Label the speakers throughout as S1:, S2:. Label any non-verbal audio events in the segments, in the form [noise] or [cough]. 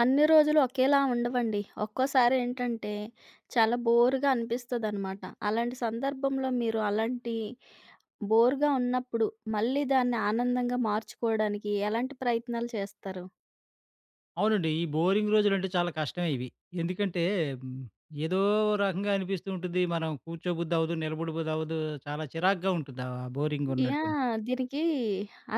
S1: అన్ని రోజులు ఒకేలా ఉండవండి. ఒక్కోసారి ఏంటంటే, చాలా బోరుగా అనిపిస్తదనమాట. అలాంటి సందర్భంలో మీరు అలాంటి బోరుగా ఉన్నప్పుడు, మళ్ళీ దాన్ని ఆనందంగా మార్చుకోవడానికి ఎలాంటి ప్రయత్నాలు చేస్తారు?
S2: అవునండి. ఈ బోరింగ్ రోజులంటే చాలా కష్టమే ఇవి. ఎందుకంటే హ్మ్, ఏదో రకంగా అనిపిస్తూ ఉంటుంది. మనం కూర్చోబుద్దవ్వదు, నిలబడబుద్దవ్వదు. చాలా చిరాకుగా ఉంటుంది ఆ బోరింగ్ ఉన్నటువంటి
S1: యాహ్! దీనికి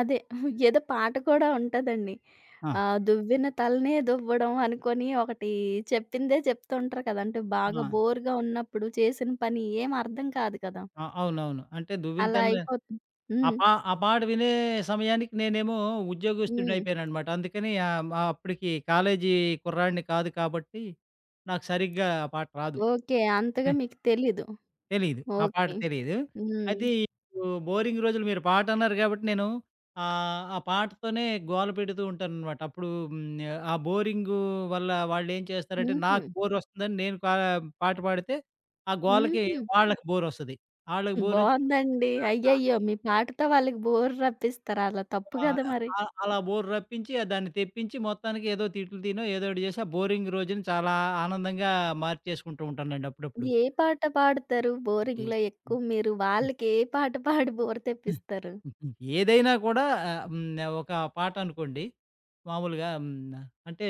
S1: అదే [laughs] ఏదో పాట కూడా ఉంటదండి.
S2: ఆ!
S1: ఆహ్, దువ్విన తలనే దువ్వడం అనుకోని ఒకటి చెప్పిందే చెప్తూ ఉంటారు కదా! అంటే బాగా
S2: ఆ!
S1: బోరుగా ఉన్నప్పుడు చేసిన పని ఏం అర్థం కాదు కదా!
S2: ఆ! అవునవును. అంటే
S1: అలా అయిపోతుంది. హ్మ్.
S2: ఆ పాట వినే సమయానికి నేనేమో
S1: హ్మ్.
S2: ఉద్యోగస్తుడినయిపోయాననమాట. అందుకని అప్పటికి కాలేజీ కుర్రాడిని కాదు కాబట్టి నాకు సరిగ్గా ఆ పాట రాదు.
S1: ఓకే. అంతగా మీకు తెలీదు.
S2: తెలీదు. ఆ పాట
S1: ఓకే.
S2: తెలీదు.
S1: హ్మ్.
S2: అయితే ఇప్పుడు బోరింగ్ రోజులు మీరు పాట అన్నారు గాబట్టి నేను ఆ పాటతోనే గోల పెడుతూ ఉంటాననమాట. అప్పుడు ఆ బోరింగు వల్ల వాళ్ళేం చేస్తారంటే
S1: హుహు.
S2: నాకు బోరొస్తుందని నేను కా పాట పాడితే ఆ గోలకి
S1: హుహు.
S2: వాళ్ళకి బోరొస్తది. వాళ్ళకి బోరొచ్చి
S1: బావుందండి. అయ్యయ్యో! మీ పాటతో వాళ్ళకి బోర్ రప్పిస్తారా? అలా తప్పు
S2: ఆహ్,
S1: గదా మరి.
S2: అలా బోర్ రప్పించి ఆ దాన్ని తెప్పించి మొత్తానికి ఏదో తిట్లు తినో ఏదో ఒకటి చేసి ఆ బోరింగ్ రోజుని చాలా ఆనందంగా మార్చేసుకుంటూ ఉంటానండి అప్పుడప్పుడు.
S1: ఏ పాట పాడతారు
S2: ఈ
S1: బోరింగ్‌లో
S2: హ్మ్.
S1: ఎక్కువ మీరు?
S2: హ్మ్.
S1: వాళ్ళకి ఏ పాట పాడి బోర్ తెప్పిస్తారు?
S2: హుహు. ఏదైనా కూడా ఆహ్, హ్మ్. ఒక పాట అనుకోండి. మామూలుగా అంటే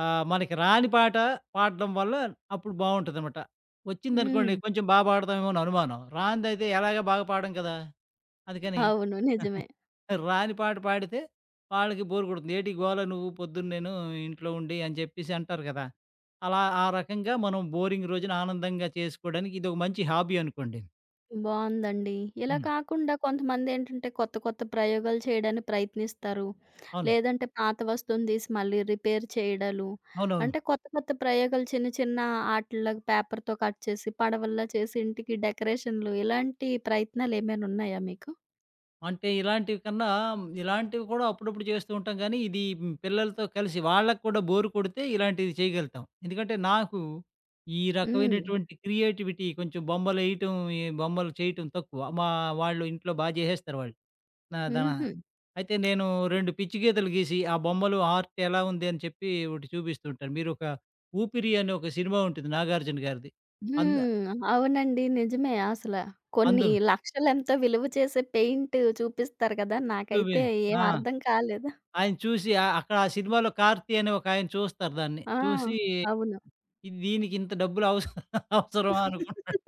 S2: మనకి రాని పాట పాడడం వల్ల అప్పుడు బావుంటదనమాట. వచ్చిందనుకోండి,
S1: హ్మ్.
S2: కొంచెం బా పాడతామేమో అని అనుమానం. రానిదైతే ఎలాగా బాగా పాడం కదా! అందుకని
S1: అవును. నిజమే.
S2: రాని పాట పాడితే వాళ్ళకి బోర్ కొడుతుంది. "ఏటి గోల నువ్వు పొద్దున్నేను ఇంట్లో ఉండి" అని చెప్పేసి అంటారు కదా! అలా ఆ రకంగా మనం బోరింగ్ రోజున ఆనందంగా చేసుకోవడానికి ఇదొక మంచి హాబీ అనుకోండి.
S1: బావుందండి. ఇలా
S2: హ్మ్.
S1: కాకుండా కొంతమందేంటంటే కొత్త కొత్త ప్రయోగాలు చేయడానికి ప్రయత్నిస్తారు.
S2: అవును.
S1: లేదంటే పాత వస్తువుని తీసి మళ్ళీ రిపేర్ చేయడాలు.
S2: అవునవును.
S1: అంటే కొత్త కొత్త ప్రయోగాలు చిన్న చిన్న ఆటిల్లో పేపర్‌తో కట్ చేసి, పడవల్లా చేసి ఇంటికి డెకరేషన్‌లు ఇలాంటి ప్రయత్నాలేమైనా ఉన్నాయా మీకు?
S2: అంటే ఇలాంటివి కన్నా ఇలాంటివి కూడా అప్పుడప్పుడు చేస్తూ ఉంటాం గానీ, ఇది పిల్లలతో కలిసి వాళ్ళకి కూడా బోర్ కొడితే ఇలాంటివి చేయగలుగుతాం. ఎందుకంటే నాకు ఈ
S1: హ్మ్.
S2: రకమైనటువంటి క్రియేటివిటీ, కొంచెం బొమ్మలేయటం, ఈ బొమ్మలు చేయటం తక్కువ. మా వాళ్ళు ఇంట్లో బా జేసేస్తారు వాళ్ళు. నా దన
S1: హుహు.
S2: అయితే నేను 2 పిచ్చి గీతలు గీసి, ఆ బొమ్మలు ఆర్ట్ ఎలా ఉంది అని చెప్పి ఒకటి చూపిస్తూ ఉంటాను. మీరొక 'ఊపిరి' అనే ఒక సినిమా ఉంటుంది 'నాగార్జున' గారిది. అంద
S1: హ్మ్. అవునండి. నిజమే అసల. కొన్ని
S2: అందులో
S1: లక్షలెంతో విలువ చేసే పెయింట్ చూపిస్తారు కదా!
S2: చూపి
S1: నాకైతే ఏం
S2: ఆ!
S1: అర్థం కాలేదు.
S2: ఆయన చూసి అక్కడ ఆ సినిమాలో 'కార్తీ' అనే ఒక ఆయన చూస్తారు దాన్ని.
S1: ఆ!
S2: చూసి
S1: అవును.
S2: ఇది దీనికి ఇంత డబ్బులు అవస అవసరమా అనుకుంటాడు.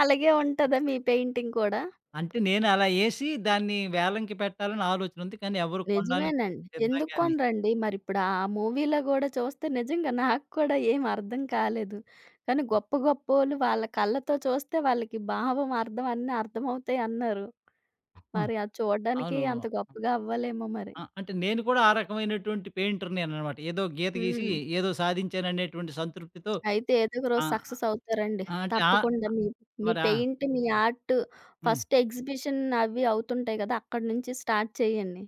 S1: అలాగే ఉంటదా మీ పెయింటింగ్ కూడా?
S2: అంటే నేను అలా ఏసి దాన్ని వేలంకి పెట్టాలని ఆలోచన ఉంది. కానీ ఎవరు కొనడానికి
S1: నిజమేనండి. ఎందుకు
S2: సిద్ధంగా [laughs] లే
S1: కొనరండి? మరిప్పుడు ఆ మూవీలో గూడా చూస్తే నిజంగా నాకు కూడా ఏం అర్థం కాలేదు. కానీ గొప్ప గొప్పోళ్ళు వాళ్ళ కళ్ళతో చూస్తే వాళ్ళకి భావం, అర్థం అన్నీ అర్థమవుతాయి అన్నారు.
S2: హ్మ్.
S1: మరి అది చూడ్డానికి
S2: అవును.
S1: అంత గొప్పగా అవ్వలేమో మరి.
S2: ఆ! అంటే నేను కూడా ఆ రకమైనటువంటి పెయింటర్‌నేననమాట. ఏదో గీత గీసి
S1: హ్మ్.
S2: ఏదో సాధించాననేటువంటి సంతృప్తితో
S1: అయితే ఏదో ఒక
S2: ఆ!
S1: రోజు సక్సెస్ అవుతారండి.
S2: అంటే ఆ!
S1: తప్పకుండా మీ మీ
S2: మరి ఆ!
S1: పెయింట్, మీ ఆర్ట్
S2: హ్మ్.
S1: ఫస్ట్ ఎగ్జిబిషన్ అవి అవుతుంటాయి గదా! అక్కడి నుంచి స్టార్ట్ చేయండి.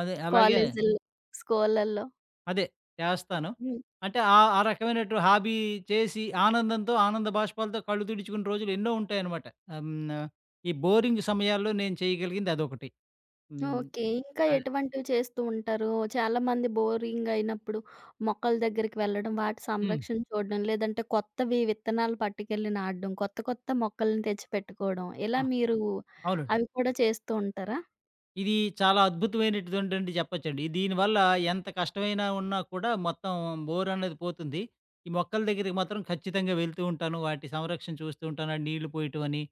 S2: అదే అలాగే
S1: కాలేజీల్లో, స్కూళ్ళల్లో.
S2: అదే. చేస్తాను.
S1: హ్మ్.
S2: అంటే ఆ ఆ రకమైనటు హాబీ చేసి ఆనందంతో, ఆనంద బాష్పాలతో కళ్ళు తుడుచుకున్న రోజులు ఎన్నో ఉంటాయనమాట. ఆహ్, హ్మ్. ఈ బోరింగ్ సమయాల్లో నేను చేయగలిగింది అదొకటి. హ్మ్.
S1: ఓకే. ఇంకా
S2: అదే.
S1: ఎటువంటివి చేస్తూ ఉంటారు? చాలామంది బోరింగ్ అయినప్పుడు మొక్కల దగ్గరికి వెళ్ళడం, వాటి
S2: హ్మ్.
S1: సంరక్షణ చూడడం, లేదంటే కొత్తవి విత్తనాలు పట్టుకెళ్ళి నాటడం, కొత్త కొత్త మొక్కల్ని తెచ్చిపెట్టుకోవడం, ఇలా
S2: ఆ!
S1: మీరు
S2: అవునండి.
S1: అవి కూడా చేస్తూ ఉంటారా?
S2: ఇది చాలా అద్భుతమైనటువంటిది చెప్పొచ్చండి. దీనివల్ల ఎంత కష్టమైనా ఉన్నా కూడా మొత్తం బోర్ అనేది పోతుంది. ఈ మొక్కల దగ్గరికి మాత్రం ఖచ్చితంగా వెళ్తూ ఉంటాను. వాటి సంరక్షణ చూస్తూ ఉంటాను. ఆ నీళ్లు పోయటం అని,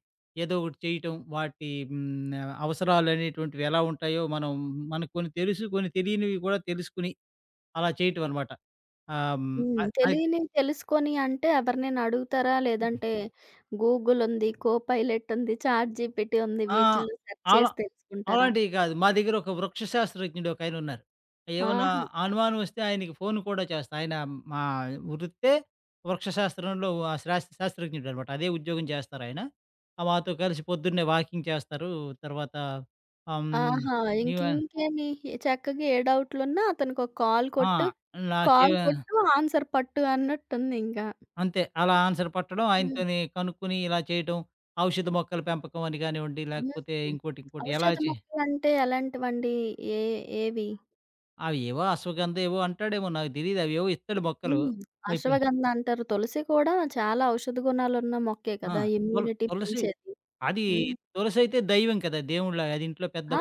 S2: ఏదో ఒకటి చేయటం. వాటి అవసరాలు అనేటువంటివి ఎలా ఉంటాయో మనం మనకు కొన్ని తెలుసు, కొన్ని తెలియనివి కూడా తెలుసుకొని అలా చేయటం అనమాట. ఆహ్, హ్మ్,
S1: హ్మ్.
S2: అ అది
S1: తెలియనివి తెలుసుకొని అంటే ఎవరినైనా అడుగుతారా? లేదంటే గూగుల్ ఉంది, కోపైలట్ ఉంది, చాట్‌జీపీటీ ఉంది
S2: ఆ!
S1: వీటిల్లో సెర్చ్
S2: అలా
S1: చేసి తెలుసుకుంటారా?
S2: అలాంటివి కాదు. మా దగ్గర ఒక వృక్ష శాస్త్రజ్ఞుడు ఒకాయనున్నారు. ఏమన్నా
S1: ఆహా!
S2: అనుమానం వస్తే ఆయనకి ఫోన్ కూడా చేస్తా. ఆయన మా వృత్తే వృక్ష శాస్త్రంలో ఆహ్, శాస్ శాస్త్రజ్ఞుడనమాట. అదే ఉద్యోగం చేస్తారాయన. మాతో కలిసి పొద్దున్నే వాకింగ్ చేస్తారు. తర్వాత ఆహ్, హ్మ్,
S1: ఆహా!
S2: ఇవ
S1: ఇంకింకేమి చక్కగా ఏ డౌట్‌లున్నా అతనికొక కాల్
S2: ఆ!
S1: కొట్టు, కాల్
S2: నాకేవ
S1: కొట్టు ఆన్సర్ పట్టు అన్నట్టుందింకా.
S2: అంతే. అలా ఆన్సర్ పట్టడం,
S1: హ్మ్.
S2: ఆయనతోని కనుక్కొని ఇలా చేయటం. ఔషధ మొక్కల పెంపకం అని కానివ్వండి, లేకపోతే
S1: హ్మ్.
S2: ఇంకోటి, ఇంకోటి ఎలా
S1: ఔషధ
S2: చే
S1: మొక్కలంటే ఎలాంటివండి? ఏ ఏవి?
S2: అవేవో అశ్వగంధ ఏవో అంటాడేమో నాకు తెలీదు. అవేవో ఇత్తడు మొక్కలు.
S1: హ్మ్.
S2: అయిపోయి
S1: అశ్వగంధ అంటారు. తులసి కూడా చాలా ఔషధ గుణాలున్న మొక్కే
S2: ఆ!
S1: కదా! ఇమ్యూనిటీ
S2: తులసి
S1: పెంచేది.
S2: అది
S1: హ్మ్.
S2: తులసయితే దైవం కదా! దేవుడిలాగా అది ఇంట్లో పెద్ద
S1: ఆ!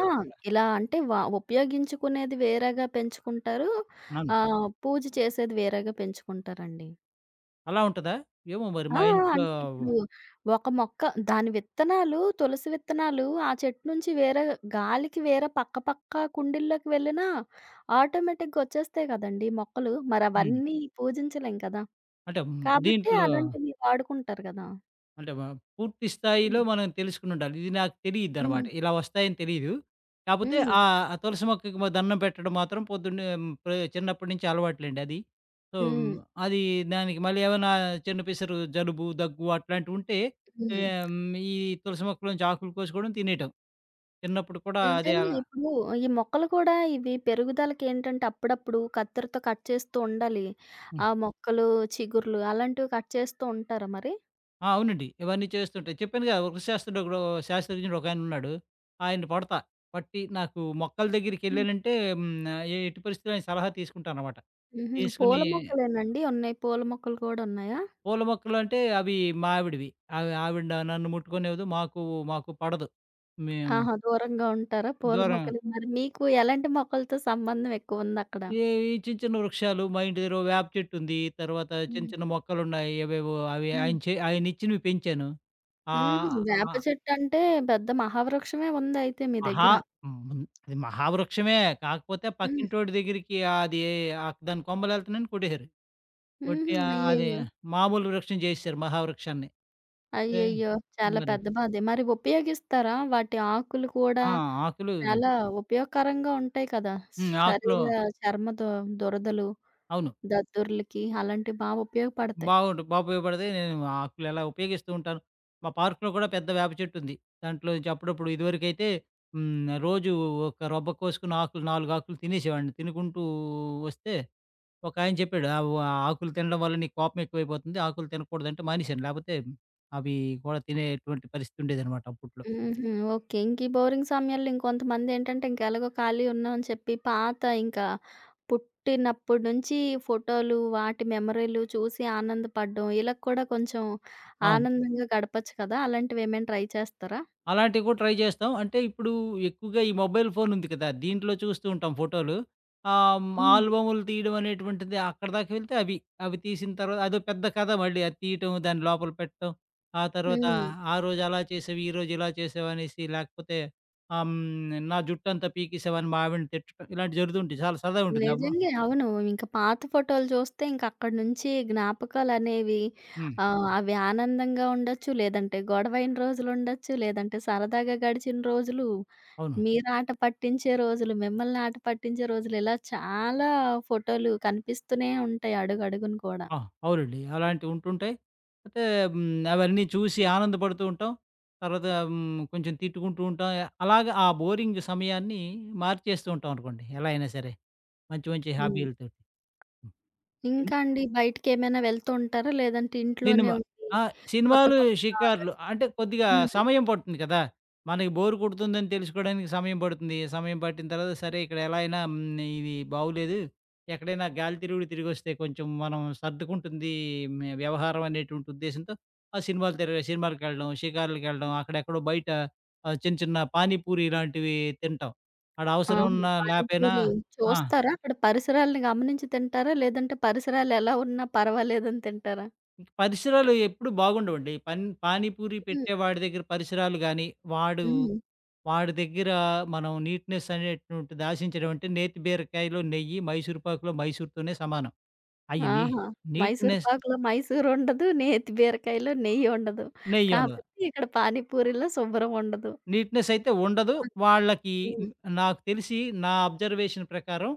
S1: ఇలా అంటే ఉపయోగించుకునేది వేరేగా పెంచుకుంటారు.
S2: నన్ను
S1: ఆహ్, పూజ చేసేది వేరేగా పెంచుకుంటారండి.
S2: అలా ఉంటదా? ఏమో మరి
S1: ఆ!
S2: మా ఇంట్లో
S1: అంటే ఇప్పుడు ఒక మొక్క దాని విత్తనాలు తులసి విత్తనాలు ఆ చెట్టు నుంచి వేరే గాలికి వేరే పక్క పక్క కుండీల్లోకి వెళ్ళినా ఆటోమేటిక్‌గా వచ్చేస్తాయి కదండీ మొక్కలు. మరి
S2: హ్మ్.
S1: అవన్నీ పూజించలేం కదా!
S2: అంటే
S1: కాబట్టి
S2: దీంట్లో
S1: అలాంటివి వాడుకుంటారు కదా!
S2: అంటే పూర్తి స్థాయిలో
S1: హ్మ్.
S2: మనం తెలుసుకునుండాలి. ఇది నాకు తెలీదనమాట.
S1: హ్మ్.
S2: ఇలా వస్తాయని తెలీదు. కాపోతే
S1: హ్మ్.
S2: ఆ తులసి మొక్కకి మ దండం పెట్టడం మాత్రం పొద్దున్నే హ్మ్, ప్రే చిన్నప్పటి నుంచి అలవాట్లేండి అది. సో, మ్,
S1: హ్మ్.
S2: అది దానికి మళ్ళీ ఏమైనా చిన్న పిసరు జలుబు, దగ్గు అట్లాంటివుంటే ఆహ్,
S1: హ్మ్.
S2: ఈ తులసి మొక్కలోంచి ఆకులు కోసుకోవడం, తినేయటం. చిన్నప్పుడు కూడా అదే
S1: నిజంగా
S2: అలా.
S1: ఇప్పుడు ఈ మొక్కలు కూడా ఇవి పెరుగుదలకేంటంటే అప్పుడప్పుడు కత్తెరతో కట్ చేస్తూ ఉండాలి. ఆ మొక్కలు చిగుర్లు అలాంటివి కట్ చేస్తూ ఉంటారా మరి?
S2: ఆ! అవునండి. ఇవన్నీ చేస్తుంటాయి. చెప్పానుగా, వృక్ష శాస్త్రజ్ఞుడు శాస్త్రజ్ఞుడు ఒకాయనున్నాడు. ఆయన్ని పడతా. పట్టి నాకు మొక్కల దగ్గరికెళ్ళానంటే హ్మ్. ఎట్టి పరిస్థితిలో ఆయన సలహా తీసుకుంటాననమాట.
S1: హుహు. పూల
S2: తీసుకుని
S1: మొక్కలేనండి ఉన్నాయి? పూల మొక్కలు కూడా ఉన్నాయా?
S2: పూల మొక్కలంటే అవి మా ఆవిడవి. అవి ఆవిడ నన్ను ముట్టుకోనివ్వదు. మాకు మాకు పడదు. మేము
S1: ఆహా! దూరంగా ఉంటారా పూల
S2: దూరం.
S1: మొక్కలు? మరి మీకు ఎలాంటి మొక్కలతో సంబంధం ఎక్కువుందక్కడ?
S2: ఈ ఈ చిన్న చిన్న వృక్షాలు మా ఇంటి దగ్గర ఓ వేప చెట్టుంది. తర్వాత చిన్న
S1: హ్మ్.
S2: చిన్న మొక్కలున్నాయి. అవేవో అవి
S1: హ్మ్.
S2: ఆయనిచ్చినవి పెంచాను.
S1: హుహు.
S2: ఆహ్, ఆ!
S1: వేప చెట్టంటే పెద్ద మహావృక్షమే ఉందయితే మీ
S2: మహా
S1: దగ్గర.
S2: హ్మ్. అది మహావృక్షమే. కాకపోతే
S1: హ్మ్.
S2: పక్కింటోడి దగ్గరికి అది దాని కొమ్మలేళ్తున్నాయని కొట్టేసారు. కొట్టి
S1: హుహు.
S2: అది
S1: అయ్యయ్యో!
S2: మామూలు వృక్షం చేసేసారు మహావృక్షాన్ని. ఏ
S1: అయ్యయ్యో! చాలా
S2: మరి
S1: పెద్ద బాధే. మరి ఉపయోగిస్తారా? వాటి ఆకులు కూడా
S2: ఆ! ఆకులు
S1: చాలా ఉపయోగకరంగా ఉంటాయి కదా!
S2: హ్మ్. ఆకులు
S1: శరీర చర్మ దురదలు,
S2: అవును.
S1: దద్దుర్లకి అలాంటివి బా ఉపయోగపడతాయి.
S2: బాగుండు బా ఉపయోగపడతాయి. నేను ఆకులు ఎలా ఉపయోగిస్తూ ఉంటాను. మా పార్క్‌లో కూడా పెద్ద వేప చెట్టుంది. దాంట్లో నుంచి అప్పుడప్పుడు ఇదివరకైతే రోజు ఒక రొబ్బ కోసుకుని ఆకులు 4 ఆకులు తినేసేవాడిని. తినుకుంటూ వస్తే ఒకాయన చెప్పాడు. "ఆహ్, వ ఆకులు తినడం వల్ల నీకు కోపం ఎక్కువైపోతుంది. ఆకులు తినకూడదంటే" మానేశాను. లేపోతే అవి కూడా తినేటువంటి పరిస్థితి ఉండేదనమాట అప్పట్లో.
S1: హుహు. ఓకే. ఇంక ఈ బోరింగ్ సమయాల్లో ఇంకొంతమందేంటంటే ఇంకెలాగో ఖాళీ ఉన్నాం అని చెప్పి పాత ఇంకా పుట్టినప్పటి నుంచి ఫోటోలు, వాటి మెమరీలు చూసి ఆనందపడడం ఇలా కూడా కొంచెం
S2: అవును.
S1: ఆనందంగా గడపొచ్చు కదా! అలాంటివేమైనా ట్రై చేస్తారా?
S2: అలాంటివి కూడా ట్రై చేస్తాం. అంటే ఇప్పుడు ఎక్కువగా ఈ మొబైల్ ఫోన్ ఉంది కదా! దీంట్లో చూస్తూ ఉంటాం ఫోటోలు.
S1: హ్మ్.
S2: ఆల్బమ్‌లు తీయడం అనేటువంటిది అక్కడిదాకా వెళ్తే అవి. అవి తీసిన తర్వాత అదో పెద్ద కథ, మళ్ళీ అది తీయటం, దాన్ని లోపల పెట్టడం. ఆ తర్వాత
S1: హ్మ్.
S2: ఆ రోజు అలా చేసావు, ఈ రోజు ఇలా చేసావనేసి లేకపోతే నా జుట్టంతా పీకేసావని మా ఆవిడని తిట్టడం ఇలాంటివి జరుగుతూ ఉంటాయి. చాలా సరదాగా ఉంటుంది. అబ్బా!
S1: నిజంగే. అవును. ఇంక పాత ఫోటోలు చూస్తే ఇంక అక్కడి నుంచి జ్ఞాపకాలనేవి
S2: హ్మ్.
S1: ఆహ్, అవి ఆనందంగా ఉండొచ్చు, లేదంటే గొడవైన రోజులుండొచ్చు, లేదంటే సరదాగా గడిచిన రోజులు
S2: అవును.
S1: మీరాట పట్టించే రోజులు, మిమ్మల్ని ఆట పట్టించే రోజులు ఇలా చాలా ఫోటోలు కనిపిస్తూనే ఉంటాయి అడుగడుగున కూడా.
S2: ఆ! అవునండి. అలాంటివి ఉంటుంటాయి. అయితే హ్మ్, అవన్నీ చూసి ఆనందపడుతూ ఉంటాం. తర్వాత కొంచెం తిట్టుకుంటూ ఉంటాం. అలాగా ఆ బోరింగ్ సమయాన్ని మార్చేస్తూ ఉంటాం అనుకోండి, ఎలా అయినా సరే. మంచి మంచి
S1: హ్మ్.
S2: హాబీలతోటి. హ్మ్.
S1: ఇంకా అండి బయటికేమైనా వెళ్తూ ఉంటారా? లేదంటే ఇంట్లోనే
S2: సినిమా.
S1: ఉండి
S2: ఆ!
S1: కొత్త
S2: సినిమాలు,
S1: కొత్తగా
S2: షికారులు. అంటే కొద్దిగా
S1: హ్మ్.
S2: సమయం పడుతుంది కదా! మనకి బోర్ కొడుతుందని తెలుసుకోవడానికి సమయం పడుతుంది. సమయం పట్టిన తర్వాత సరే ఇక్కడ ఎలా అయినా ఇది బాగోలేదు. ఎక్కడైనా గాలి తిరుగుడు తిరిగొస్తే కొంచెం మనం సర్దుకుంటుంది మే వ్యవహారం అనేటువంటి ఉద్దేశంతో ఆ సినిమాలు తిరగ సినిమాలకెళ్ళడం, షికారులకెళ్ళడం, అక్కడెక్కడో బయట చిన్న చిన్న పానీపూరి ఇలాంటివి తింటాం. ఆడ అవసరం
S1: ఆహా!
S2: ఉన్నా లేపోయినా
S1: పానీపూరి
S2: ఆ!
S1: చూస్తారా? అక్కడ పరిసరాలను గమనించి తింటారా? లేదంటే పరిసరాలు ఎలా ఉన్నా పర్వాలేదని తింటారా?
S2: ఇంక పరిసరాలు ఎప్పుడు బాగుండవండి. పానీపూరి
S1: హ్మ్.
S2: పెట్టేవాడి దగ్గర పరిసరాలు గాని, వాడు
S1: హ్మ్.
S2: వాడి దగ్గర మనం నీట్‌నెస్ అనేటువంటిది ఆశించడం అంటే నేతి బీరకాయలో నెయ్యి, మైసూర్ పాకులో మైసూర్‌తోనే సమానం. అయి నీ
S1: ఆహా! మైసూర్
S2: నీట్‌నెస్
S1: పాకులో మైసూర్ ఉండదు, నేతి బీరకాయలో నెయ్యి ఉండదు.
S2: నెయ్యి ఉండదు.
S1: కాబట్టి ఇక్కడ పానీపూరిలో శుభ్రం ఉండదు.
S2: నీట్‌నెస్ అయితే ఉండదు. వాళ్ళకి నాకు తెలిసి నా అబ్జర్వేషన్ ప్రకారం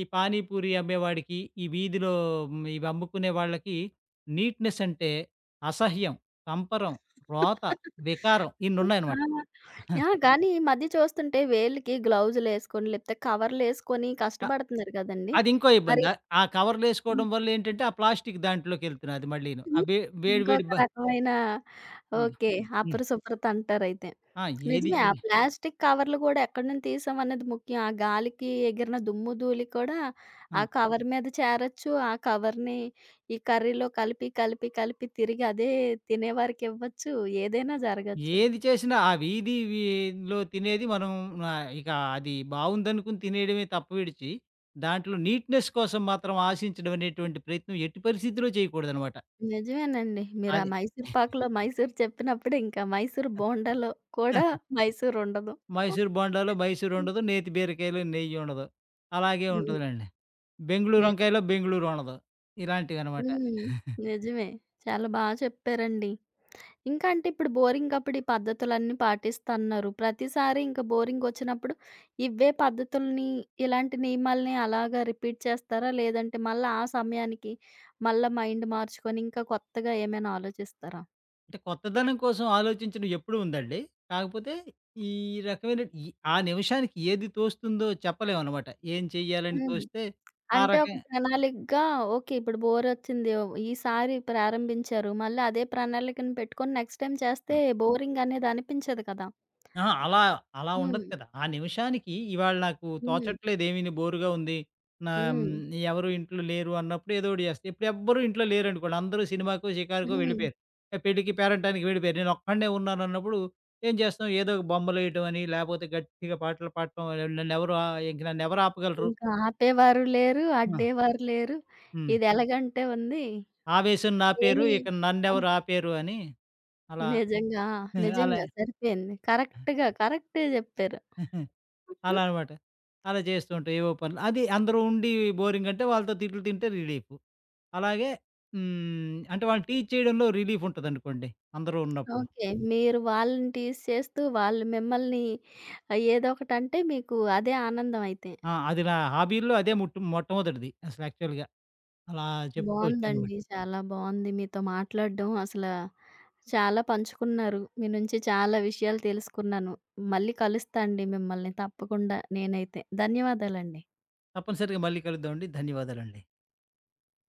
S2: ఈ పానీపూరి అమ్మేవాడికి, ఈ వీధిలో ఇవి అమ్ముకునే వాళ్ళకి నీట్‌నెస్ అంటే అసహ్యం, కంపరం, రోత, వికారం
S1: ఆ!
S2: ఇన్నున్నాయనమాట. [laughs]
S1: యాహ్! కానీ ఈ మధ్య చూస్తుంటే వేళ్ళకి గ్లౌజులేసుకొని, లేపోతే కవర్లేసుకొని కష్టపడుతున్నారు గదండీ!
S2: అది ఇంకో
S1: మరి
S2: ఇబ్బంది. ఆ
S1: హ్మ్.
S2: కవర్‌లేసుకోవడం వల్లేంటంటే, ఆ ప్లాస్టిక్ దాంట్లోకెళ్తున్నది మళ్ళీను. ఆ
S1: హ్మ్.
S2: వే వేడి
S1: ఇంకొక
S2: వేడి బ
S1: రకమైన
S2: హ్మ్.
S1: ఓకే.
S2: హ్మ్.
S1: అపరిశుభ్రత అంటారైతే.
S2: ఆ! ఏది
S1: నిజమే. ఆ
S2: జే
S1: ప్లాస్టిక్ కవర్లు గూడా ఎక్కడి నుంచి తీసాం అనేది ముఖ్యం. ఆ గాలికి ఎగిరిన దుమ్ము, ధూళి కూడా
S2: ఆ!
S1: ఆ కవర్ మీద చేరొచ్చు. ఆ కవర్‌ని ఈ కర్రీలో కలిపి, కలిపి, కలిపి తిరిగి అదే తినేవారికివ్వచ్చు. ఏదైనా జరగచ్చు.
S2: ఏది చేసినా ఆ వీధి వీధిలో తినేది మనం ఇక అది బావుందనుకుని తినేయడమే తప్ప విడిచి, దాంట్లో నీట్‌నెస్ కోసం మాత్రం ఆశించడం అనేటువంటి ప్రయత్నం ఎట్టి పరిస్థితిలో చేయకూడదనమాట.
S1: నిజమేనండి. మీరా
S2: అది.
S1: మైసూర్ పాకులో మైసూర్ చెప్పినప్పుడు ఇంకా మైసూర్ బోండాలో కూడా
S2: [laughs]
S1: మైసూరుండదు.
S2: మైసూర్ బోండాలో
S1: హ్మ్.
S2: మైసూరుండదు, నేతి బీరకాయలో నెయ్యుండదు. అలాగే ఉంటదిలెండి. బెంగుళూరు
S1: ని
S2: వంకాయలో బెంగుళూరు ఉండదు. ఇలాంటివనమాట.
S1: హ్మ్. నిజమే. చాలా బా చెప్పారండి. ఇంకా అంటే ఇప్పుడు బోరింగప్పుడు ఈ పద్ధతులన్నీ పాటిస్తన్నారు. ప్రతిసారి ఇంక బోరింగొచ్చినప్పుడు ఇవే పద్ధతుల్ని, ఇలాంటి నియమాల్ని అలాగా రిపీట్ చేస్తారా? లేదంటే మళ్ళా ఆ సమయానికి మళ్ళా మైండ్ మార్చుకొని ఇంకా కొత్తగా ఏమైనా ఆలోచిస్తారా?
S2: అంటే కొత్తదనం కోసం ఆలోచించడం ఎప్పుడూ ఉందండి. కాకపోతే ఈ రకమైన ఈ ఆ నిమిషానికి ఏది తోస్తుందో చెప్పలేమనమాట. ఏం చెయ్యాలని
S1: హ్మ్.
S2: తోస్తే ఆ
S1: అంటే ఒక
S2: రకం.
S1: ప్రణాళికగా ఓకే. ఇప్పుడు బోరొచ్చింది. ఈసారి ప్రారంభించారు. మళ్ళీ అదే ప్రణాళికను పెట్టుకొని నెక్స్ట్ టైమ్ చేస్తే బోరింగ్ అనేది అనిపించదు కదా!
S2: అహా! అలా అలా
S1: హ్మ్.
S2: ఉండదు కదా! ఆ నిమిషానికి ఇవాళ నాకు
S1: హ్మ్.
S2: తోచట్లేదు ఏమీని, బోరుగా ఉంది. నా
S1: హ్మ్.
S2: ఎవరు ఇంట్లో లేరు అన్నప్పుడు ఏదో ఒకటి చేస్తా. ఇప్పుడు ఎవ్వరూ ఇంట్లో లేరనుకోండి. అందరూ సినిమాకో,
S1: హ్మ్.
S2: షికారుకో
S1: హ్మ్.
S2: వెళ్ళిపోయారు. పెళ్ళికి, పేరంటానికి వెళ్ళిపోయారు. నేను ఒక్కడినే ఉన్నానన్నప్పుడు ఏం చేస్తాం? ఏదో ఒక బొమ్మలేయటమని, లేపోతే గట్టిగా పాటలు పాడటం. ఇంక నన్నెవరు ఆపగలరు?
S1: ఇంకా ఆపేవారు లేరు.
S2: ఆ!
S1: అడ్డేవారు లేరు.
S2: హ్మ్.
S1: ఇది ఎలాగంటే ఉంది.
S2: ఆవేశం నా పేరు.
S1: ఏని
S2: ఇక
S1: ఆ!
S2: నన్నెవరు ఆపేరు అని అలా
S1: నిజంగా. ఆ!
S2: [laughs] అలా
S1: నిజంగా సరిపోయింది. కరెక్ట్‌గా కరెక్టే జెప్పారు.
S2: [laughs] అలా అన్నమాట. అలా చేస్తూ ఉంటాం ఏవో పనులు. అది అందరూ ఉండి బోరింగ్ అంటే వాళ్ళతో తిట్లు తింటే రిలీఫ్. అలాగే అంటే వాళ్ళు టీజ్ చేయడంలో రిలీఫ్ ఉంటదనుకోండి అందరూ ఉన్నప్పుడు.
S1: ఓకే. మీరు వాళ్ళని టీజ్ చేస్తూ, వాళ్ళు మిమ్మల్ని ఏదో ఒకటంటే మీకు అదే ఆనందం అయితే.
S2: ఆ! అది నా హాబీల్లో అదే మొట్టమొదటిది అసలు యాక్చువల్‌గా. అలా చెప్తూ వచ్చానన్నమాట.
S1: బావుందండి. చాలా బావుంది. మీతో మాట్లాడడం అసల చాలా పంచుకున్నారు. మీ నుంచి చాలా విషయాలు తెలుసుకున్నాను. మళ్ళీ కలుస్తా అండి మిమ్మల్ని తప్పకుండా నేనైతే. ధన్యవాదాలండి.
S2: తప్పనిసరిగా మళ్ళీ కలుద్దామండి. ధన్యవాదాలండి.